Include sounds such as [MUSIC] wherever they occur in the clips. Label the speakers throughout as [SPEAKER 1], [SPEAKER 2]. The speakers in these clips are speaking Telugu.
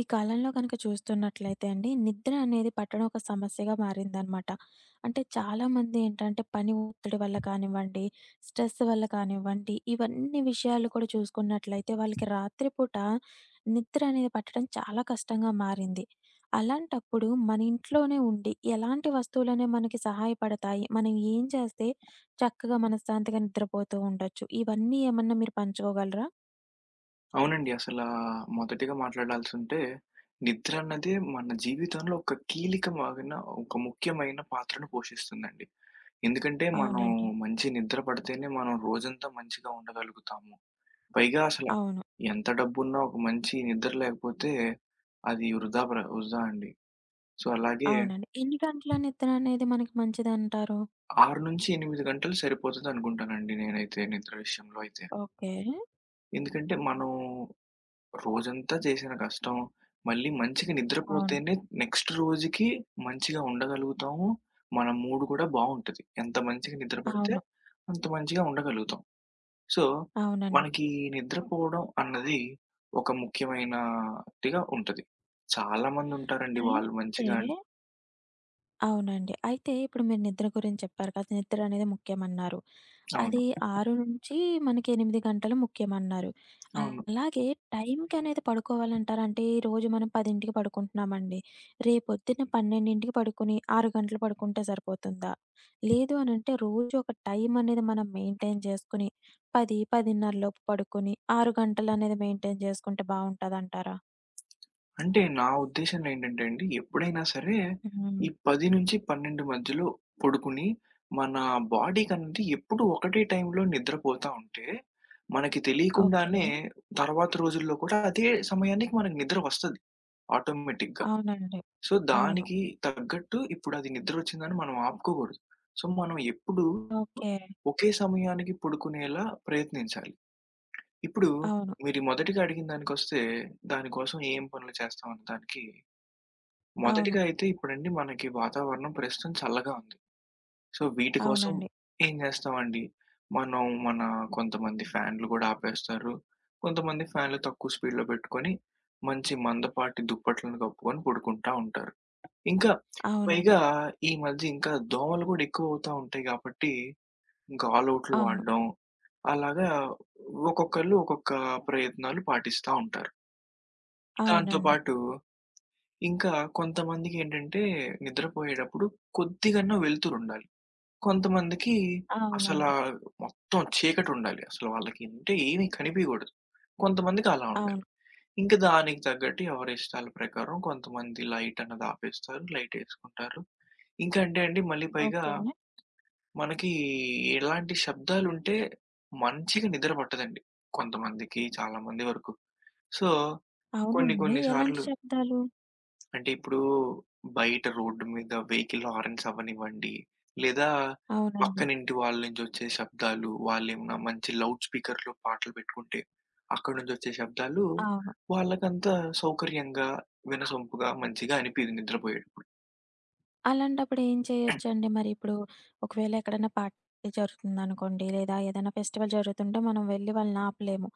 [SPEAKER 1] ఈ కాలంలో కనుక చూస్తున్నట్లయితే అండి, నిద్ర అనేది పట్టడం ఒక సమస్యగా మారిందనమాట. అంటే చాలామంది ఏంటంటే పని ఒత్తిడి వల్ల కానివ్వండి, స్ట్రెస్ వల్ల కానివ్వండి, ఇవన్నీ విషయాలు కూడా చూసుకున్నట్లయితే వాళ్ళకి రాత్రి పూట నిద్ర అనేది పట్టడం చాలా కష్టంగా మారింది. అలాంటప్పుడు మన ఇంట్లోనే ఉండి ఎలాంటి వస్తువులనే మనకి సహాయపడతాయి? మనం ఏం చేస్తే చక్కగా మనశ్శాంతిగా నిద్రపోతూ ఉండొచ్చు? ఇవన్నీ ఏమన్నా మీరు పంచుకోగలరా?
[SPEAKER 2] అవునండి. మొదటిగా మాట్లాడాల్సుంటే, నిద్ర అన్నదే మన జీవితంలో ఒక కీలికమైన, ఒక ముఖ్యమైన పాత్రను పోషిస్తుందండి. ఎందుకంటే, మనం
[SPEAKER 1] అవునండి.
[SPEAKER 2] మంచి నిద్ర పడితేనే మనం రోజంతా మంచిగా ఉండగలుగుతాము. పైగా అసల
[SPEAKER 1] అవును.
[SPEAKER 2] ఎంత డబ్బున్నా ఒక మంచి నిద్ర లేకపోతే అది వృధా అండి. సో, అలాగే
[SPEAKER 1] అవునండి. ఎన్ని గంటల నిద్రనేది మనకి మంచిదంటారు?
[SPEAKER 2] 6-8 గంటలు సరిపోతదనుకుంటానండి నేనైతే నిద్ర విషయంలో అయితే.
[SPEAKER 1] ఓకే.
[SPEAKER 2] ఎందుకంటే, మనం రోజంతా చేసిన కష్టం, మళ్ళీ మంచిగా
[SPEAKER 1] అవును.
[SPEAKER 2] నిద్రపోతేనే నెక్స్ట్ రోజుకి మంచిగా ఉండగలుగుతాము. మన మూడ్ కూడా బావుంటది. ఎంత మంచిగా నిద్ర పడితే
[SPEAKER 1] అవును.
[SPEAKER 2] అంత మంచిగా ఉండగలుగుతాం. సో,
[SPEAKER 1] అవునండి.
[SPEAKER 2] మనకి నిద్రపోవడం అన్నది ఒక ముఖ్యమైనదిగా ఉంటది. చాలామందుంటారండి వాళ్ళు
[SPEAKER 1] అయితే
[SPEAKER 2] మంచిగా
[SPEAKER 1] అవునండి. అయితే ఇప్పుడు మీరు నిద్ర గురించి చెప్పారు కదా! నిద్ర అనేది ముఖ్యమన్నారు.
[SPEAKER 2] అవును.
[SPEAKER 1] అది అవును. 6 నుంచి మనకి 8 గంటలు ముఖ్యమన్నారు.
[SPEAKER 2] అవును.
[SPEAKER 1] అలాగే టైంకి అనేది పడుకోవాలంటారా? అంటే ఈ రోజు మనం 10కి పడుకుంటున్నామండి. రేపొద్దున 12కి పడుకొని 6 గంటలు పడుకుంటే సరిపోతుందా? లేదు అనంటే రోజు ఒక టైం అనేది మనం మెయింటైన్ చేసుకొని 10, 10:30 లోపు పడుకొని 6 గంటలు అనేది మెయింటైన్ చేసుకుంటే బావుంటదంటారా?
[SPEAKER 2] అంటే నా ఉద్దేశంలో ఏంటంటే అండి, ఎప్పుడైనా సరే
[SPEAKER 1] హ్మ్.
[SPEAKER 2] ఈ 10-12 మధ్యలో పడుకుని, మన బాడీకనేది ఎప్పుడూ ఒకటే టైంలో నిద్రపోతా ఉంటే, మనకి
[SPEAKER 1] ఓకే.
[SPEAKER 2] తెలియకుండానే తర్వాత రోజుల్లో కూడా అదే సమయానికి మనకు నిద్ర వస్తది ఆటోమేటిక్‌గా.
[SPEAKER 1] అవునండి.
[SPEAKER 2] సో,
[SPEAKER 1] అవును.
[SPEAKER 2] దానికి తగ్గట్టు ఇప్పుడది నిద్రొచ్చిందని మనం ఆపుకోకూడదు. సో, మనం ఎప్పుడూ
[SPEAKER 1] ఓకే.
[SPEAKER 2] ఒకే సమయానికి పడుకునేలా ప్రయత్నించాలి. ఇప్పుడు
[SPEAKER 1] అవును.
[SPEAKER 2] మీరు మొదటిగా అడిగిన దానికొస్తే, దానికోసం ఏం పనులు చేస్తాం అన్న దానికి
[SPEAKER 1] అవును.
[SPEAKER 2] మొదటిగా అయితే ఇప్పుడండి మనకి వాతావరణం ప్రస్తుతం చల్లగా ఉంది. సో, వీటి కోసం
[SPEAKER 1] అవునండి.
[SPEAKER 2] ఏం చేస్తామండి, మనం మన కొంతమంది ఫ్యాన్‌లు గూడా ఆపేస్తారు. కొంతమంది ఫ్యాన్‌లు తక్కువ స్పీడ్‌లో పెట్టుకొని, మంచి మందపాటి దుప్పట్లను కప్పుకొని పడుకుంటా ఉంటారు. ఇంకా పైగా
[SPEAKER 1] అవునండి.
[SPEAKER 2] ఈ మధ్య ఇంకా దోమలు గూడా ఎక్కువవుతా ఉంటాయి గాబట్టి, ఇంకా ఆల్ ఔట్లు
[SPEAKER 1] అవును.
[SPEAKER 2] వాడడం, అలాగా ఒక్కొక్కళ్ళు ఒక్కొక్క ప్రయత్నాలు పాటిస్తా ఉంటారు. దాంతో
[SPEAKER 1] అవునండి.
[SPEAKER 2] పాటు ఇంకా కొంతమందికేంటంటే, నిద్రపోయేటప్పుడు కొద్దిగన్నా వెలుతురుండాలి. కొంతమందికి అసలా
[SPEAKER 1] అవునండి.
[SPEAKER 2] మొత్తం చీకటుండాలి. అసలు వాళ్ళకి అంటే ఏమి కనిపియగూడదు. కొంతమందికి అలా ఉండాలి.
[SPEAKER 1] అవును.
[SPEAKER 2] ఇంక దానికి తగ్గట్టు ఎవరి ఇష్టాల ప్రకారం కొంతమంది లైటన్నది ఆపేస్తారు. లైటేసుకుంటారు. ఇంకా అంటే అండి, మళ్ళీ పైగా
[SPEAKER 1] ఓకే.
[SPEAKER 2] మనకి ఎలాంటి శబ్దాలుంటే మంచిగా నిద్ర పట్టదండి. కొంతమందికి, చాలా మంది వరకు. సో, కొన్ని
[SPEAKER 1] అవునండి.
[SPEAKER 2] కొన్ని
[SPEAKER 1] ఎలాంటి
[SPEAKER 2] సార్లు
[SPEAKER 1] శబ్దాలు?
[SPEAKER 2] అంటే ఇప్పుడు బయట రోడ్డు మీద వెహికల్ హార్న్స్ అవ్వనివ్వండి, లేదా
[SPEAKER 1] అవునండి.
[SPEAKER 2] పక్కనింటి వాళ్ళ నుంచి వచ్చే శబ్దాలు, వాళ్ళేమన్నా మంచి లౌడ్ స్పీకర్‌లో పాటలు పెట్టుకుంటే, అక్కడి నుంచొచ్చే శబ్దాలు
[SPEAKER 1] అవును.
[SPEAKER 2] వాళ్ళకంత సౌకర్యంగా, వినసొంపుగా, మంచిగా అనిపియదు నిద్రపోయేటప్పుడు.
[SPEAKER 1] అలాంటప్పుడు ఏం చేయొచ్చండి? మరి ఇప్పుడు ఒకవేళ ఎక్కడైనా పార్టీ జరుగుతుందనుకోండి, లేదా ఏదైనా ఫెస్టివల్ జరుగుతుంటే మనం వెళ్లి వాళ్ళని ఆపలేము.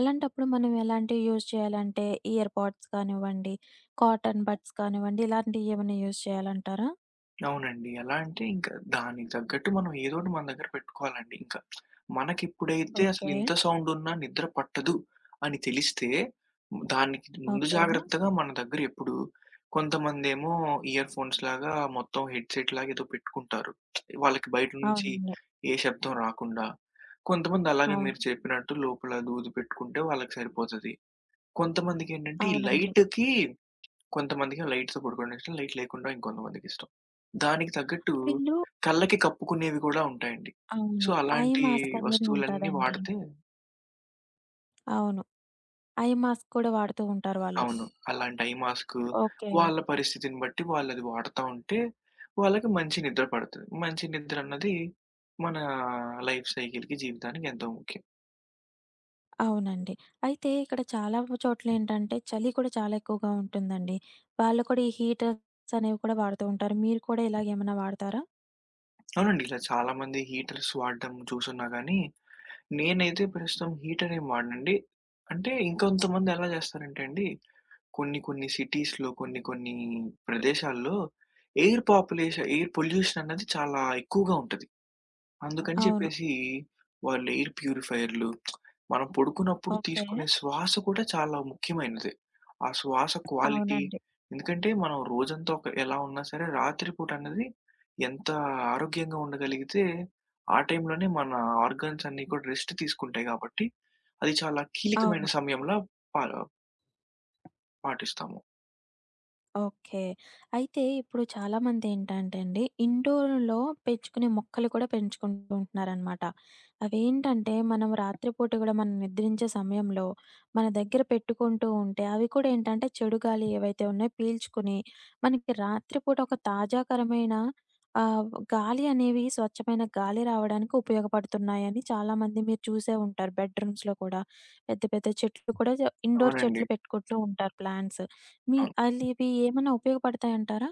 [SPEAKER 1] అలాంటప్పుడు మనం ఎలాంటివి యూజ్ చేయాలంటే ఇయర్ పోడ్స్ కానివ్వండి, కాటన్ బడ్స్ కానివ్వండి, ఇలాంటివి ఏమైనా యూజ్ చేయాలంటారా?
[SPEAKER 2] అవునండి. ఎలా అంటే ఇంకా దానికి తగ్గట్టు మనం ఏదోకటి మన దగ్గర పెట్టుకోవాలండి ఇంక. మనకిప్పుడైతే అసలు
[SPEAKER 1] ఓకే.
[SPEAKER 2] ఇంత సౌండున్నా నిద్ర పట్టదు అని తెలిస్తే దానికి ముందు
[SPEAKER 1] ఓకే.
[SPEAKER 2] జాగ్రత్తగా మన దగ్గర ఎప్పుడు కొంతమందేమో ఇయర్ ఫోన్స్ లాగా మొత్తం హెడ్‌సెట్ లాగా ఏదో పెట్టుకుంటారు. వాళ్ళకి బయట నుంచి
[SPEAKER 1] అవునండి.
[SPEAKER 2] ఏ శబ్దం రాకుండా. కొంతమంది అలాగే
[SPEAKER 1] అవును.
[SPEAKER 2] మీరు చెప్పినట్టు లోపల దూది పెట్టుకుంటే వాళ్ళకి సరిపోతది. కొంతమందికేంటంటే ఈ
[SPEAKER 1] అవునండి.
[SPEAKER 2] లైట్‌కి కొంతమందికి లైట్‌తో పడుకోవడం ఇష్టం. లైట్ లేకుండా ఇంకొంతమందికిష్టం. దానికి తగ్గట్టు
[SPEAKER 1] వీళ్ళు
[SPEAKER 2] కళ్ళకి కప్పుకునేవి గూడా ఉంటాయండి. సో,
[SPEAKER 1] అవును. ఐ
[SPEAKER 2] అలాంటి
[SPEAKER 1] మాస్క్ అనేది
[SPEAKER 2] వస్తువులన్నీ
[SPEAKER 1] ఉంటదండి.
[SPEAKER 2] వాడితే
[SPEAKER 1] అవును. ఐ మాస్క్ కూడా వాడుతూ ఉంటారు వాళ్ళు.
[SPEAKER 2] అవును. అలాంటి ఐ మాస్కు
[SPEAKER 1] ఓకే.
[SPEAKER 2] వాళ్ళ పరిస్థితిని బట్టి వాళ్ళది వాడతా ఉంటే, వాళ్ళకి మంచి నిద్ర పడతది. మంచి నిద్ర అన్నది మన లైఫ్ సైకిల్‌కి, జీవితానికి ఎంతో ముఖ్యం.
[SPEAKER 1] అవునండి. అయితే ఇక్కడ చాలా చోట్లేంటంటే చలి కూడా చాలా ఎక్కువగా ఉంటుందండి. వాళ్ళు కూడా ఈ హీటర్స్ అనేవి కూడా వాడుతూ ఉంటారు. మీరు కూడా ఇలాగేమన్నా వాడతారా?
[SPEAKER 2] అవునండి. ఇలా చాలామంది హీటర్స్ వాడడం చూసున్నా గానీ, నేనైతే ప్రస్తుతం హీటర్ ఏం వాడనండి. అంటే ఇంకొంతమంది ఎలా జేస్తారంటే అండి కొన్ని కొన్ని సిటీస్‌లో కొన్ని కొన్ని ప్రదేశాల్లో ఎయిర్ పొల్యూషన్ అన్నది చాలా ఎక్కువగా ఉంటది. అందుకని
[SPEAKER 1] అవును.
[SPEAKER 2] చెప్పేసి వాళ్ళు ఎయిర్ ప్యూరిఫైయర్‌లు మనం పడుకున్నప్పుడు
[SPEAKER 1] ఓకే.
[SPEAKER 2] తీసుకునే శ్వాస కూడా చాలా ముఖ్యమైనది. ఆ శ్వాస క్వాలిటీ
[SPEAKER 1] అవునండి.
[SPEAKER 2] ఎందుకంటే మనం రోజంతా ఒక ఎలా ఉన్నా సరే రాత్రి పూట అన్నది ఎంత ఆరోగ్యంగా ఉండగలిగితే ఆ టైంలోనే మన ఆర్గాన్స్ అన్నీ కూడా రెస్ట్ తీసుకుంటాయి కాబట్టి అది చాలా కీలకమైన
[SPEAKER 1] అవును.
[SPEAKER 2] సమయంలో పా పాటిస్తాము.
[SPEAKER 1] ఓకే. అయితే ఇప్పుడు చాలామందేంటంటే అండి, ఇండోర్‌లో పెంచుకునే మొక్కలు కూడా పెంచుకుంటూ ఉంటున్నారనమాట. అవేంటంటే, మనం రాత్రి పూట గూడా మనం నిద్రించే సమయంలో మన దగ్గర పెట్టుకుంటూ ఉంటే, అవి కూడా ఏంటంటే చెడు గాలి ఏవైతే ఉన్నాయో పీల్చుకుని, మనకి రాత్రి పూట ఒక తాజాకరమైన ఆహ్, గాలి అనేవి స్వచ్ఛమైన గాలి రావడానికి ఉపయోగపడుతున్నాయని చాలామంది మీరు చూసే ఉంటారు బెడ్‌రూమ్స్‌లో కూడా. పెద్ద పెద్ద చెట్లు కూడా ఇండోర్
[SPEAKER 2] అవునండి.
[SPEAKER 1] చెట్లు పెట్టుకుంటూ ఉంటారు ప్లాంట్స్. మీ
[SPEAKER 2] అవును.
[SPEAKER 1] అలివి ఏమన్నా ఉపయోగపడతాయంటారా?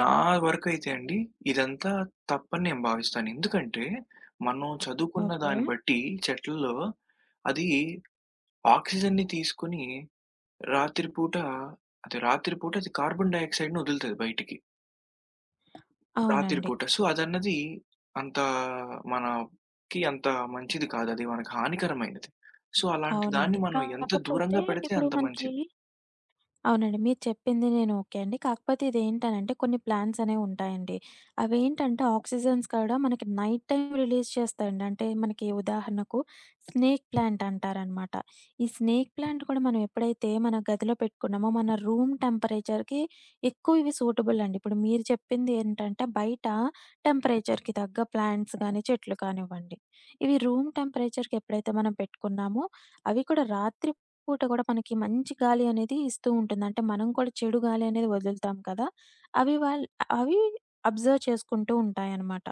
[SPEAKER 2] నా వరకైతే అండి, ఇదంతా తప్పని నేను భావిస్తాను. ఎందుకంటే, మనం చదువుకున్న
[SPEAKER 1] ఓకే.
[SPEAKER 2] దాన్ని బట్టి చెట్లలో అది ఆక్సిజన్‌ని తీసుకొని రాత్రి పూట రాత్రి పూట అది కార్బన్ డయాక్సైడ్‌ని వదులుతది బయటికి. రాత్రి
[SPEAKER 1] అవునండి.
[SPEAKER 2] పూట. సో, అదన్నది అంత అంత మంచిది కాదు. అది మనకి హానికరమైనది. సో, అలాంటి దాన్ని
[SPEAKER 1] అవునండి.
[SPEAKER 2] మనం ఎంత
[SPEAKER 1] కాకపోతే
[SPEAKER 2] దూరంగా పెడితే
[SPEAKER 1] ఇప్పుడు
[SPEAKER 2] అంత
[SPEAKER 1] మనకి
[SPEAKER 2] మంచిది.
[SPEAKER 1] అవునండి. మీరు చెప్పింది నేను ఓకే అండి. కాకపోతే ఇదేంటనంటే కొన్ని ప్లాంట్స్ అనేవుంటాయండి. అవేంటంటే ఆక్సిజన్స్ కూడా మనకి నైట్ టైమ్ రిలీజ్ చేస్తాయండి. అంటే మనకి ఉదాహరణకు స్నేక్ ప్లాంట్ అంటారనమాట. ఈ స్నేక్ ప్లాంట్ కూడా మనం ఎప్పుడైతే మన గదిలో పెట్టుకున్నామో మన రూమ్ టెంపరేచర్‌కి ఎక్కువ ఇవి సూటబుల్ అండి. ఇప్పుడు మీరు చెప్పింది ఏంటంటే బయట టెంపరేచర్‌కి తగ్గ ప్లాంట్స్ గాని, చెట్లు కానివ్వండి. ఇవి రూమ్ టెంపరేచర్‌కి ఎప్పుడైతే మనం పెట్టుకున్నామో అవి కూడా రాత్రి పూట కూడా మనకి మంచి గాలి అనేది ఇస్తూ ఉంటుంది. అంటే మనం కూడా చెడు గాలి అనేది వదులుతాం కదా! అవి వాళ్ అవి అబ్జర్వ్ చేసుకుంటూ ఉంటాయన్నమాట.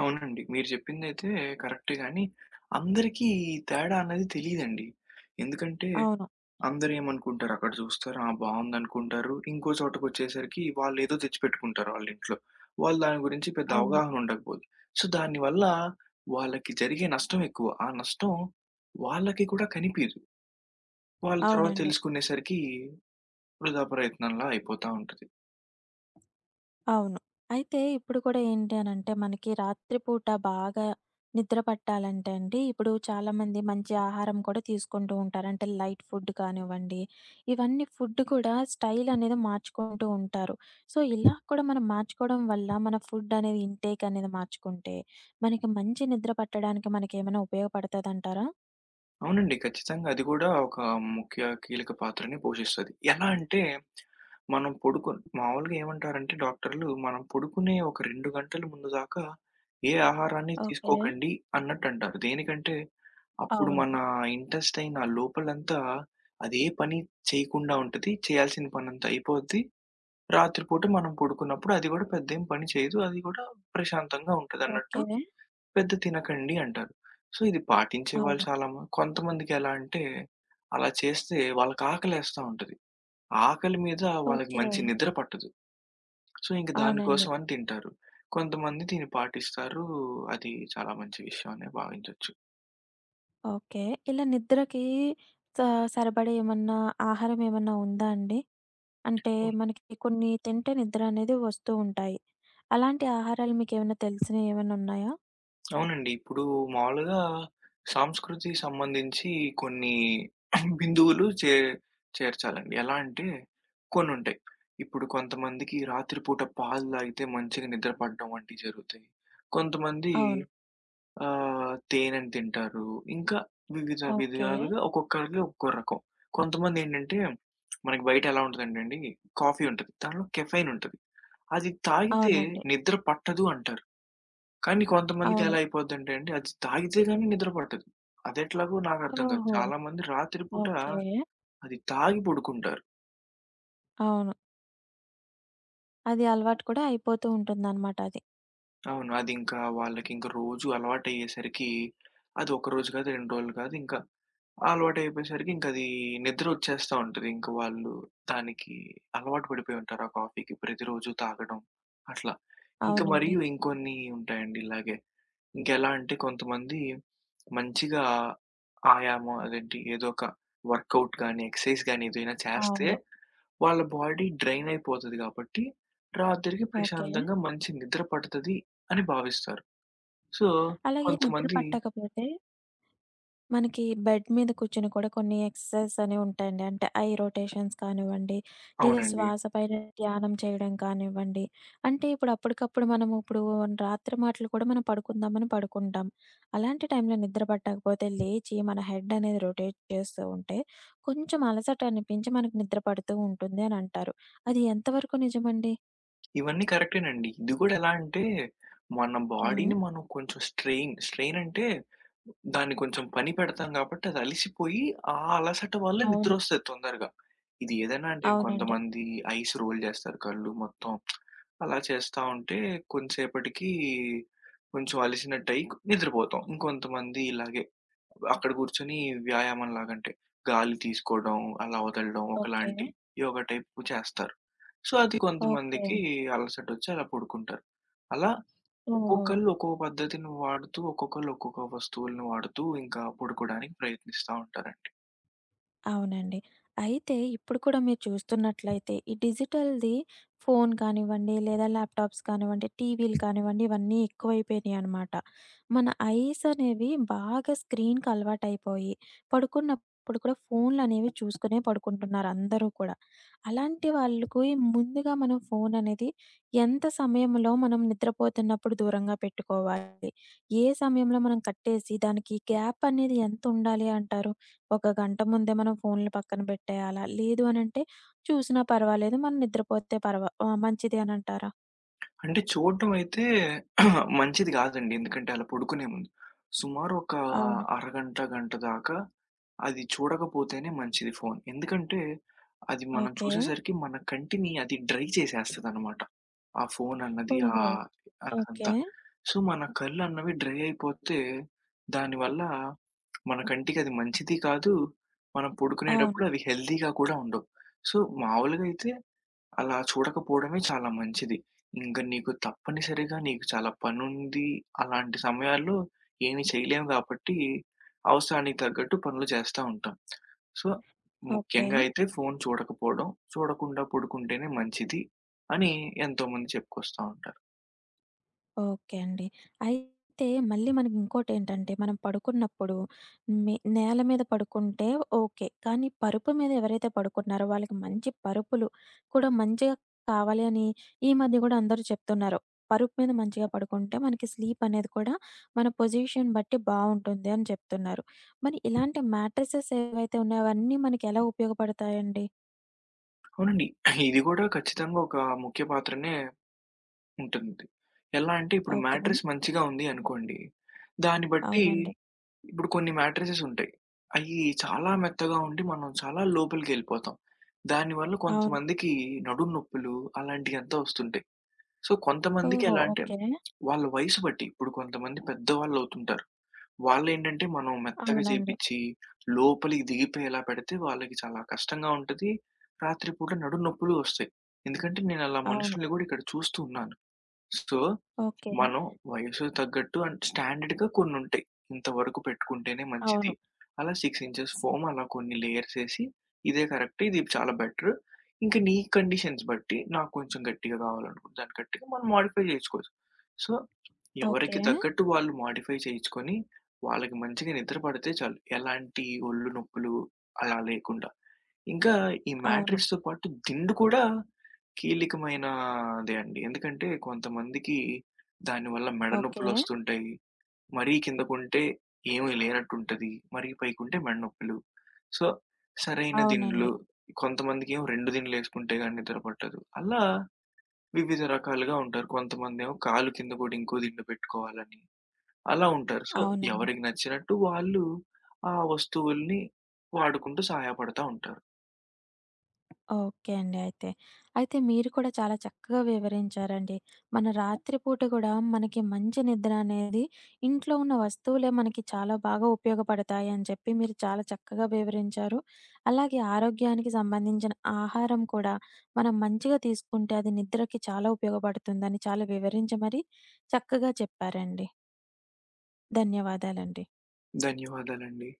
[SPEAKER 2] అవునండి. మీరు చెప్పిందైతే కరెక్టే గానీ, అందరికీ ఈ తేడా అనేది తెలీదండి. ఎందుకంటే,
[SPEAKER 1] అవును.
[SPEAKER 2] అందరూ ఏమనుకుంటారు, అక్కడ చూస్తారు, ఆ! బావుందనుకుంటారు. ఇంకో చోటకొచ్చేసరికి వాళ్ళేదో తెచ్చిపెట్టుకుంటారు వాళ్ళింట్లో. వాళ్ళు దాని గురించి పెద్ద
[SPEAKER 1] అవును.
[SPEAKER 2] అవగాహన ఉండకపోదు. సో, దానివల్ల వాళ్ళకి జరిగే నష్టం ఎక్కువ. ఆ నష్టం వాళ్ళకి కూడా కనిపీదు. వాళ్ళు తర్వాత
[SPEAKER 1] అవునండి.
[SPEAKER 2] తెలుసుకునేసరికి వృధా ప్రయత్నంలా అయిపోతా ఉంటది.
[SPEAKER 1] అవును. అయితే ఇప్పుడు కూడా ఏంటి అనంటే మనకి రాత్రిపూట బాగా నిద్ర పట్టాలంటే అండి, ఇప్పుడు చాలామంది మంచి ఆహారం కూడా తీసుకుంటూ ఉంటారు. అంటే లైట్ ఫుడ్ కానివ్వండి, ఇవన్నీ ఫుడ్ కూడా స్టైల్ అనేది మార్చుకుంటూ ఉంటారు. సో, ఇలా కూడా మనం మార్చుకోవడం వల్ల మన ఫుడ్ అనేది ఇంటేక్ అనేది మార్చుకుంటే, మనకి మంచి నిద్ర పట్టడానికి మనకేమైనా ఉపయోగపడతదంటారా?
[SPEAKER 2] అవునండి. ఖచ్చితంగా అది గూడా ఒక ముఖ్య కీలక పాత్రని పోషిస్తది. ఎలా అంటే, మనం పడుకున్ మామూలుగా ఏమంటారంటే డాక్టర్లు, మనం పడుకునే ఒక 2 గంటల ముందు దాకా ఏ ఆహారాన్ని
[SPEAKER 1] ఓకే.
[SPEAKER 2] తీసుకోకండి అన్నట్టంటారు. దేనికంటే, అప్పుడు
[SPEAKER 1] అవును.
[SPEAKER 2] మన ఇంటెస్టైన్ ఆ లోపలంతా అదే పని చేయకుండా ఉంటది. చేయాల్సిన పనంతా అయిపోద్ది. రాత్రి పూట మనం పడుకున్నప్పుడు అది గూడా పెద్దేం పని చేయదు. అది గూడా ప్రశాంతంగా ఉంటదన్నట్టు
[SPEAKER 1] ఓకే.
[SPEAKER 2] పెద్ద తినకండి అంటారు. సో, ఇది పాటించే వాళ్ళు
[SPEAKER 1] అవును.
[SPEAKER 2] చాలా మ కొంతమందికి ఎలా అంటే, అలా చేస్తే వాళ్ళకి ఆకలేస్తా ఉంటది. ఆకలి మీద వాళ్ళకి
[SPEAKER 1] ఓకే.
[SPEAKER 2] మంచి నిద్ర పట్టదు. సో, ఇంక
[SPEAKER 1] అవునండి.
[SPEAKER 2] దానికోసం అని తింటారు. కొంతమంది దీన్ని పాటిస్తారు. అది చాలా మంచి విషయం అనే భావించొచ్చు.
[SPEAKER 1] ఓకే. ఇలా నిద్రకి స సరిపడే ఏమన్నా ఆహారం ఏమన్నా ఉందా అండి? అంటే మనకి కొన్ని తింటే నిద్ర అనేది వస్తూ ఉంటాయి. అలాంటి ఆహారాలు మీకేమన్నా తెలిసినవి ఏమన్నా ఉన్నాయా?
[SPEAKER 2] అవునండి. ఇప్పుడు మామూలుగా సంస్కృతికి సంబంధించి కొన్ని [CLEARS THROAT] బిందువులు చేర్చాలండి. ఎలా అంటే కొన్నుంటాయి. ఇప్పుడు కొంతమందికి రాత్రిపూట పాలు తాగితే మంచిగా నిద్ర పడడం వంటివి జరుగుతాయి. కొంతమంది
[SPEAKER 1] అవును.
[SPEAKER 2] తేనెను తింటారు. ఇంకా వివిధ
[SPEAKER 1] ఓకే.
[SPEAKER 2] విధాలుగా ఒక్కొక్కరికి ఒక్కో రకం. కొంతమందేంటంటే మనకి బయట ఎలా ఉంటదంటే అండి కాఫీ ఉంటది. దాంట్లో కెఫెయిన్ ఉంటది. అది తాగితే
[SPEAKER 1] అవునండి.
[SPEAKER 2] నిద్ర పట్టదు అంటారు. కానీ కొంతమందికి
[SPEAKER 1] అవును.
[SPEAKER 2] ఎలా అయిపోద్దంటే అండి, అది తాగితే గాని నిద్ర పట్టదు. అదెట్లాగో నాకర్థం కాదు.
[SPEAKER 1] ఓహో!
[SPEAKER 2] చాలామంది రాత్రి పూట
[SPEAKER 1] ఓకే.
[SPEAKER 2] అది తాగి పడుకుంటారు.
[SPEAKER 1] అవును. అది అలవాటు కూడా అయిపోతూ ఉంటుందన్నమాట అది.
[SPEAKER 2] అవును. అదింకా వాళ్ళకింక రోజు అలవాటయ్యేసరికి అది ఒక రోజు కాదు, 2 రోజులు కాదు ఇంకా అలవాటయిపోయేసరికి ఇంకది నిద్రొచ్చేస్తా ఉంటది. ఇంక వాళ్ళు దానికి అలవాటు పడిపోయి ఉంటారు. ఆ కాఫీకి ప్రతిరోజు తాగడం అట్లా. ఇంక
[SPEAKER 1] అవునండి.
[SPEAKER 2] మరియు ఇంకొన్ని ఉంటాయండి ఇలాగే. ఇంకెలా అంటే కొంతమంది మంచిగా ఆయామం అదేంటి ఏదో ఒక వర్కౌట్ గానీ, ఎక్సర్‌సైజ్ గానీ ఏదైనా చేస్తే
[SPEAKER 1] అవును.
[SPEAKER 2] వాళ్ళ బాడీ డ్రైన్ అయిపోతది కాబట్టి రాత్రికి
[SPEAKER 1] ఓకే.
[SPEAKER 2] ప్రశాంతంగా మంచి నిద్ర పడతది అని భావిస్తారు. సో,
[SPEAKER 1] అలాగే నిద్ర
[SPEAKER 2] కొంతమంది
[SPEAKER 1] పట్టకపోతే మనకి బెడ్ మీద కూర్చొని కూడా కొన్ని ఎక్సర్‌సైజెస్ అనేవి ఉంటాయండి. అంటే ఐ రొటేషన్స్ కానివ్వండి, లేదా
[SPEAKER 2] అవునండి.
[SPEAKER 1] శ్వాస పైన ధ్యానం చేయడం కానివ్వండి. అంటే ఇప్పుడు అప్పటికప్పుడు మనము ఇప్పుడు రాత్రి మాటలు కూడా మనం పడుకుందామని పడుకుంటాం. అలాంటి టైంలో నిద్ర పట్టకపోతే లేచి మన హెడ్ అనేది రొటేట్ చేస్తూ ఉంటే కొంచెం అలసట అనిపించి మనకు నిద్ర పడుతూ ఉంటుంది అని అంటారు. అది ఎంతవరకు నిజమండి?
[SPEAKER 2] ఇవన్నీ కరెక్టేనండి. ఇది గూడా ఎలా అంటే, మన
[SPEAKER 1] హ్మ్.
[SPEAKER 2] బాడీని మనం కొంచెం స్ట్రెయిన్, అంటే దాన్ని కొంచెం పని పెడతాం గాబట్టి అది అలిసిపోయి, ఆ అలసట వల్ల
[SPEAKER 1] అవును.
[SPEAKER 2] నిద్రొస్తది తొందరగా. ఇది ఏదైనా అంటే
[SPEAKER 1] అవునండి.
[SPEAKER 2] కొంతమంది ఐస్ రోల్ జేస్తారు కళ్ళు మొత్తం. అలా చేస్తా ఉంటే కొంతసేపటికి కొంచెం అలిసినట్టయి నిద్రపోతాం. ఇంకొంతమంది ఇలాగే అక్కడ గూర్చొని వ్యాయామం లాగంటే గాలి తీసుకోవడం, అలా వదలడం
[SPEAKER 1] ఓకే.
[SPEAKER 2] ఒకలాంటి యోగా టైప్ చేస్తారు. సో, అది
[SPEAKER 1] ఓకే.
[SPEAKER 2] కొంతమందికి అలసటొచ్చి అలా పడుకుంటారు. అలా
[SPEAKER 1] ఓహో!
[SPEAKER 2] ఒక్కొక్కళ్ళు ఒక్కో పద్ధతిని వాడుతూ, ఒక్కొక్కళ్ళు ఒక్కొక్క వస్తువులను వాడుతూ ఇంకా పడుకోడానికి ప్రయత్నిస్తా ఉంటారండి.
[SPEAKER 1] అవునండి. అయితే ఇప్పుడు కూడా మీరు చూస్తున్నట్లయితే ఈ డిజిటల్‌ది ఫోన్ కానివ్వండి, లేదా ల్యాప్‌టాప్స్ కానివ్వండి, టీవీలు కానివ్వండి, ఇవన్నీ ఎక్కువైపోయినాయనమాట. మన ఐస్ అనేవి బాగా స్క్రీన్‌కి అలవాటైపోయి పడుకున్నప్పుడు కూడా ఫోన్‌లనేవి చూసుకునే పడుకుంటున్నారు అందరూ కూడా. అలాంటి వాళ్ళకి ముందుగా మనం ఫోన్ అనేది ఎంత సమయంలో మనం నిద్రపోతున్నప్పుడు దూరంగా పెట్టుకోవాలి? ఏ సమయంలో మనం కట్టేసి దానికి గ్యాప్ అనేది ఎంత ఉండాలి అంటారు? ఒక గంట ముందే మనం ఫోన్‌లు పక్కన పెట్టేయాలా? లేదు అనంటే చూసినా పర్వాలేదు. మనం నిద్రపోతే పర్వా మంచిది అనంటారా?
[SPEAKER 2] అంటే చూడడం అయితే [CLEARS THROAT] మంచిది గాదండి. ఎందుకంటే అలా పడుకునే ముందు సుమారు ఒక
[SPEAKER 1] అవును.
[SPEAKER 2] అరగంట, గంట దాకా అది చూడకపోతేనే మంచిది ఫోను. ఎందుకంటే అది మనం
[SPEAKER 1] ఓకే.
[SPEAKER 2] చూసేసరికి మన కంటిని అది డ్రై చేసేస్తదనమాట. ఆ ఫోనన్నది
[SPEAKER 1] ఓహో! ఓకే.
[SPEAKER 2] అదంతా. సో, మన కళ్ళన్నవి డ్రై అయిపోతే, దానివల్ల మన కంటికది మంచిది కాదు. మనం
[SPEAKER 1] అవును.
[SPEAKER 2] పడుకునేటప్పుడు అవి హెల్తీగా కూడా ఉండవు. సో, మామూలుగా అయితే అలా చూడకపోవడమే చాలా మంచిది. ఇంక నీకు తప్పనిసరిగా నీకు చాలా పనుంది. అలాంటి సమయాల్లో ఏమి చేయలేము గాబట్టి, అవసరానికి తగ్గట్టు పనులు చేస్తా ఉంటాం. So,
[SPEAKER 1] okay.
[SPEAKER 2] ముఖ్యంగా అయితే ఫోను చూడకపోవడం, చూడకుండా పడుకుంటేనే మంచిది అని ఎంతోమంది చెప్పుకొస్తా ఉంటారు.
[SPEAKER 1] ఓకే అండి. అయితే మళ్ళీ మనకి ఇంకోటేంటంటే, మనం పడుకున్నప్పుడు నేల మీద పడుకుంటే ఓకే. కానీ పరుపు మీద ఎవరైతే పడుకున్నారో వాళ్ళకి మంచి పరుపులు కూడా మంచిగా కావాలి అని ఈ మధ్య గూడా అందరూ చెప్తున్నారు. పరుపు మీద మంచిగా పడుకుంటే మనకి స్లీప్ అనేది కూడా మన పొజిషన్ బట్టి బావుంటుంది అని చెప్తున్నారు. మరి ఇలాంటి మ్యాట్రెసెస్ ఏవైతే ఉన్నాయో అవన్నీ మనకి ఎలా ఉపయోగపడతాయండి?
[SPEAKER 2] అవునండి. ఇది గూడా ఖచ్చితంగా ఒక ముఖ్య పాత్రనే ఉంటుంది. ఎలా అంటే ఇప్పుడు
[SPEAKER 1] ఓకే.
[SPEAKER 2] మ్యాట్రెస్ మంచిగా ఉంది అనుకోండి. దాన్ని బట్టి
[SPEAKER 1] అవునండి.
[SPEAKER 2] ఇప్పుడు కొన్ని మ్యాట్రిసెస్ ఉంటాయి. అయ్యి చాలా మెత్తగా ఉండి మనం చాలా లోపలికెళ్ళిపోతాం. దానివల్ల
[SPEAKER 1] అవును.
[SPEAKER 2] కొంతమందికి నడుము నొప్పులు అలాంటియంతా వస్తుంటాయి. సో, కొంతమందికి
[SPEAKER 1] ఓహో!
[SPEAKER 2] ఎలా అంటే
[SPEAKER 1] ఓకే.
[SPEAKER 2] వాళ్ళ వయసు బట్టి ఇప్పుడు కొంతమంది పెద్దవాళ్ళవుతుంటారు. వాళ్ళేంటంటే మనం మెత్తగా
[SPEAKER 1] అవునండి.
[SPEAKER 2] చేపిచ్చి లోపలికి దిగిపోయేలా పెడితే వాళ్ళకి చాలా కష్టంగా ఉంటది. రాత్రిపూట నడుము నొప్పులు వస్తాయి. ఎందుకంటే నేనలా
[SPEAKER 1] అవును.
[SPEAKER 2] మనుషుల్ని గూడా ఇక్కడ చూస్తూ ఉన్నాను. So,
[SPEAKER 1] okay.
[SPEAKER 2] మనం వయసు తగ్గట్టు అంటే స్టాండర్డ్‌గా కొన్నుంటాయి. ఇంతవరకు పెట్టుకుంటేనే మంచిది.
[SPEAKER 1] అవును.
[SPEAKER 2] అలా 6 ఇంచెస్ ఫోమ్ అలా కొన్ని లేయర్స్ ఏసి ఇదే కరెక్ట్. ఇది చాలా బెటర్. ఇంక నీ కండిషన్స్ బట్టి నాకు కొంచెం గట్టిగా కావాలనుకుంటే దాన్ని గట్టిగా మనం మోడిఫై జేసుకోవచ్చు. సో, ఎవరికి
[SPEAKER 1] ఓకే.
[SPEAKER 2] తగ్గట్టు వాళ్ళు మోడిఫై చేయించుకొని వాళ్ళకి మంచిగా నిద్ర పడితే చాలు. ఎలాంటి ఒళ్ళు నొప్పులు అలా లేకుండా. ఇంకా ఈ
[SPEAKER 1] అవును.
[SPEAKER 2] మ్యాట్రిక్స్‌తో పాటు దిండు కూడా కీలికమైనదే అండి. ఎందుకంటే కొంతమందికి దానివల్ల మెడ
[SPEAKER 1] ఓకే.
[SPEAKER 2] నొప్పులొస్తుంటాయి. మరీ కిందకుంటే ఏమీ లేనట్టుంటది. మరీ పైకుంటే మెడ నొప్పులు. సో, సరైన దిండ్లు,
[SPEAKER 1] అవునండి.
[SPEAKER 2] కొంతమందికేమో 2 దిండ్లేసుకుంటే గాని నిద్ర పట్టదు. అలా వివిధ రకాలుగా ఉంటారు. కొంతమందేమో కాలు కింద కూడా ఇంకో దిండు పెట్టుకోవాలని అలా ఉంటారు. సో,
[SPEAKER 1] అవునండి.
[SPEAKER 2] ఎవరికి నచ్చినట్టు వాళ్ళు ఆ వస్తువుల్ని వాడుకుంటూ సహాయపడతా ఉంటారు.
[SPEAKER 1] ఓకే అండి అయితే. అయితే మీరు కూడా చాలా చక్కగా వివరించారండి. మన రాత్రి పూట గూడా మనకి మంచి నిద్ర అనేది ఇంట్లో ఉన్న వస్తువులే మనకి చాలా బాగా ఉపయోగపడతాయి అని చెప్పి మీరు చాలా చక్కగా వివరించారు. అలాగే ఆరోగ్యానికి సంబంధించిన ఆహారం కూడా మనం మంచిగా తీసుకుంటే అది నిద్రకి చాలా ఉపయోగపడుతుందని చాలా వివరించి మరి చక్కగా చెప్పారండి. ధన్యవాదాలండి.
[SPEAKER 2] ధన్యవాదాలండి.